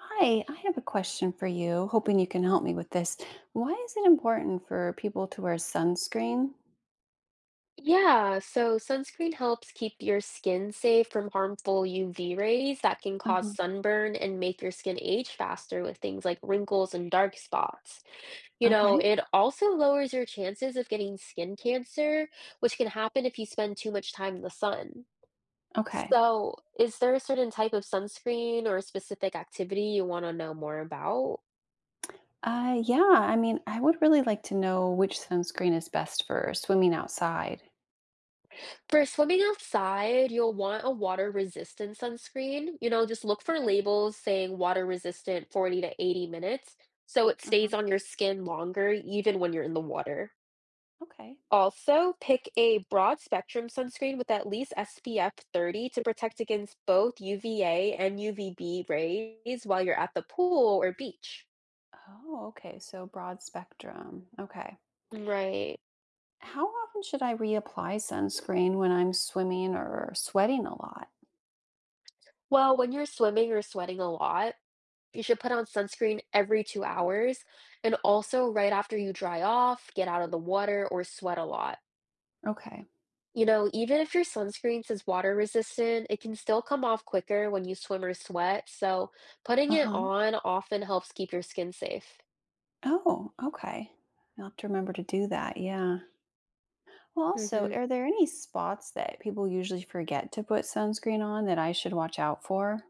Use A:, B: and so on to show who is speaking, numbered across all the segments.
A: Hi, I have a question for you, hoping you can help me with this. Why is it important for people to wear sunscreen?
B: Yeah, so sunscreen helps keep your skin safe from harmful UV rays that can cause
A: Uh-huh.
B: sunburn and make your skin age faster with things like wrinkles and dark spots. You know,
A: Okay.
B: it also lowers your chances of getting skin cancer, which can happen if you spend too much time in the sun.
A: Okay.
B: So, is there a certain type of sunscreen or a specific activity you want to know more about?
A: Yeah, I mean, I would really like to know which sunscreen is best for swimming outside.
B: For swimming outside, you'll want a water resistant sunscreen. You know, just look for
A: Okay.
B: labels saying water resistant 40 to 80 minutes so it
A: Uh-huh.
B: stays on your skin longer, even when you're in the water.
A: Okay.
B: Also, pick a broad spectrum sunscreen with at least SPF 30 to protect against both UVA and UVB rays while you're at the pool or beach.
A: Oh, okay. So broad spectrum. Okay.
B: Right.
A: How often should I reapply sunscreen when I'm swimming or sweating a lot?
B: Well, when you're swimming or sweating a lot, you should put on sunscreen every 2 hours and also right after you dry off, get out of the water, or sweat a lot.
A: Okay.
B: You know, even if your sunscreen says water resistant, it can still come off quicker when you swim or sweat. So putting it
A: Uh-huh.
B: on often helps keep your skin safe.
A: Oh, okay. I'll have to remember to do that. Yeah. Well, also,
B: Hmm.
A: are there any spots that people usually forget to put sunscreen on that I should watch out for?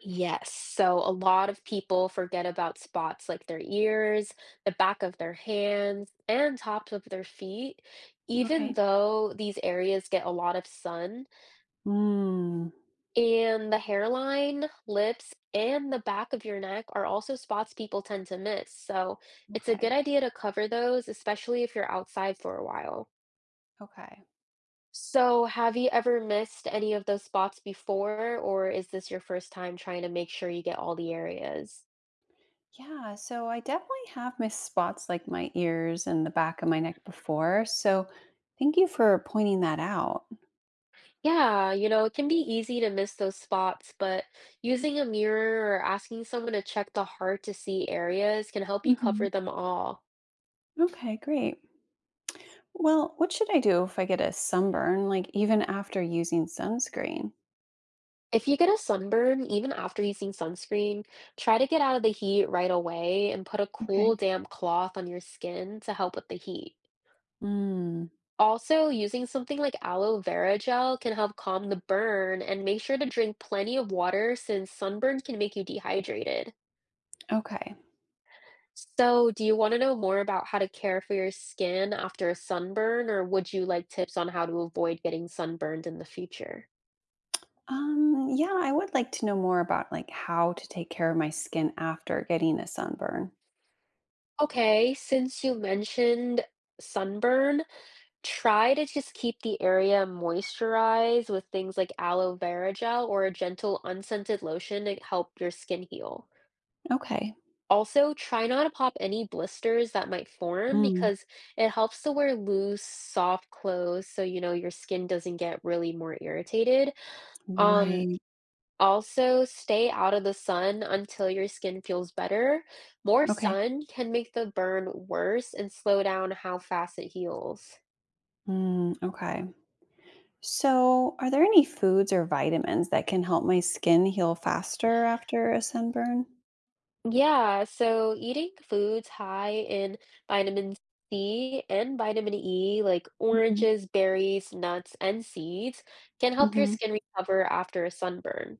B: Yes. So a lot of people forget about spots like their ears, the back of their hands, and tops of their feet, even
A: Okay.
B: though these areas get a lot of sun.
A: Mm,
B: And the hairline, lips, and the back of your neck are also spots people tend to miss. So it's a
A: okay.
B: good idea to cover those, especially if you're outside for a while.
A: Okay.
B: So, have you ever missed any of those spots before, or is this your first time trying to make sure you get all the areas?
A: Yeah. So I definitely have missed spots like my ears and the back of my neck before. So thank you for pointing that out.
B: Yeah, you know, it can be easy to miss those spots, but using a mirror or asking someone to check the heart to see areas can help you
A: Hmm.
B: cover them all.
A: Okay. Great. Well, what should I do if I get a sunburn, like even after using sunscreen?
B: If you get a sunburn, even after using sunscreen, try to get out of the heat right away and put a cool,
A: Okay.
B: damp cloth on your skin to help with the heat.
A: Mm,
B: Also, using something like aloe vera gel can help calm the burn, and make sure to drink plenty of water since sunburn can make you dehydrated.
A: okay.
B: So, do you want to know more about how to care for your skin after a sunburn, or would you like tips on how to avoid getting sunburned in the future?
A: Yeah, I would like to know more about like how to take care of my skin after getting a sunburn.
B: Okay, since you mentioned sunburn, try to just keep the area moisturized with things like aloe vera gel or a gentle unscented lotion to help your skin heal.
A: Okay.
B: Also, try not to pop any blisters that might form
A: Mm,
B: because it helps to wear loose, soft clothes so you know your skin doesn't get really more irritated. Um,
A: right.
B: Also stay out of the sun until your skin feels better. More
A: Okay.
B: sun can make the burn worse and slow down how fast it heals.
A: Mm, okay. So, are there any foods or vitamins that can help my skin heal faster after a sunburn?
B: Yeah, so eating foods high in vitamin C and vitamin E, like
A: Hmm.
B: oranges, berries, nuts, and seeds, can help your
A: Hmm.
B: skin recover after a sunburn.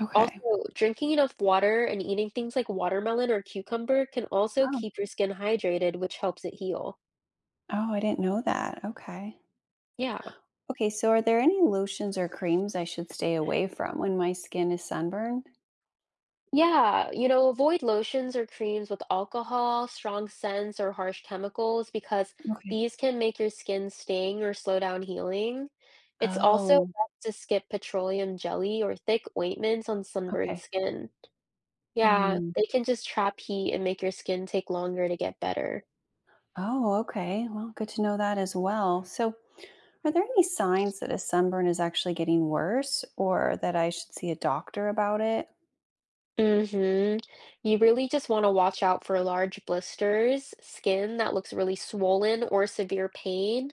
A: Okay.
B: Also, drinking enough water and eating things like watermelon or cucumber can also
A: Oh,
B: keep your skin hydrated, which helps it heal.
A: oh, I didn't know that. Okay.
B: Yeah.
A: Okay. So, are there any lotions or creams I should stay away from when my skin is sunburned?
B: Yeah, you know, avoid lotions or creams with alcohol, strong scents, or harsh chemicals because
A: Okay.
B: these can make your skin sting or slow down healing. It's also
A: Oh,
B: best to skip petroleum jelly or thick ointments on sunburned
A: okay.
B: skin. Yeah,
A: Hmm.
B: they can just trap heat and make your skin take longer to get better.
A: Oh, okay. Well, good to know that as well. So, are there any signs that a sunburn is actually getting worse or that I should see a doctor about it?
B: hmm You really just want to watch out for large blisters, skin that looks really swollen, or severe pain.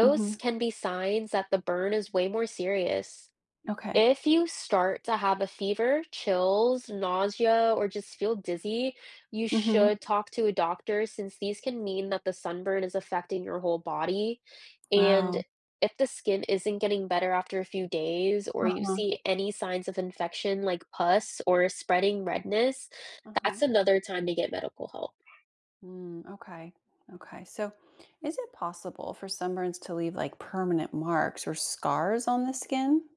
A: Hmm.
B: can be signs that the burn is way more serious.
A: Okay.
B: If you start to have a fever, chills, nausea, or just feel dizzy, you
A: Hmm.
B: should talk to a doctor since these can mean that the sunburn is affecting your whole body. And
A: Wow.
B: if the skin isn't getting better after a few days, or you
A: Uh-huh.
B: see any signs of infection like pus or spreading redness,
A: Uh-huh.
B: that's another time to get medical help.
A: Mm, okay. Okay. So, is it possible for sunburns to leave like permanent marks or scars on the skin?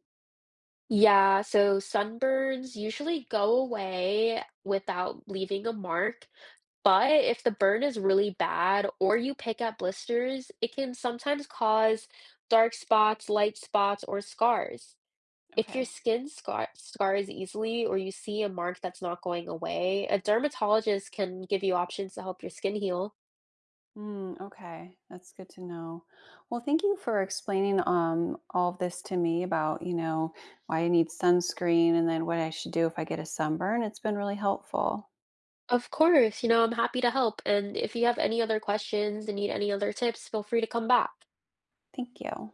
B: Yeah, so sunburns usually go away without leaving a mark. But if the burn is really bad or you pick up blisters, it can sometimes cause dark spots, light spots, or scars. If your
A: Okay.
B: scars easily or you see a mark that's not going away, a dermatologist can give you options to help your skin heal.
A: Mm, okay, that's good to know. Well, thank you for explaining all of this to me about, why I need sunscreen and then what I should do if I get a sunburn. It's been really helpful.
B: Of course, you know, I'm happy to help. And if you have any other questions and need any other tips, feel free to come back.
A: Thank you.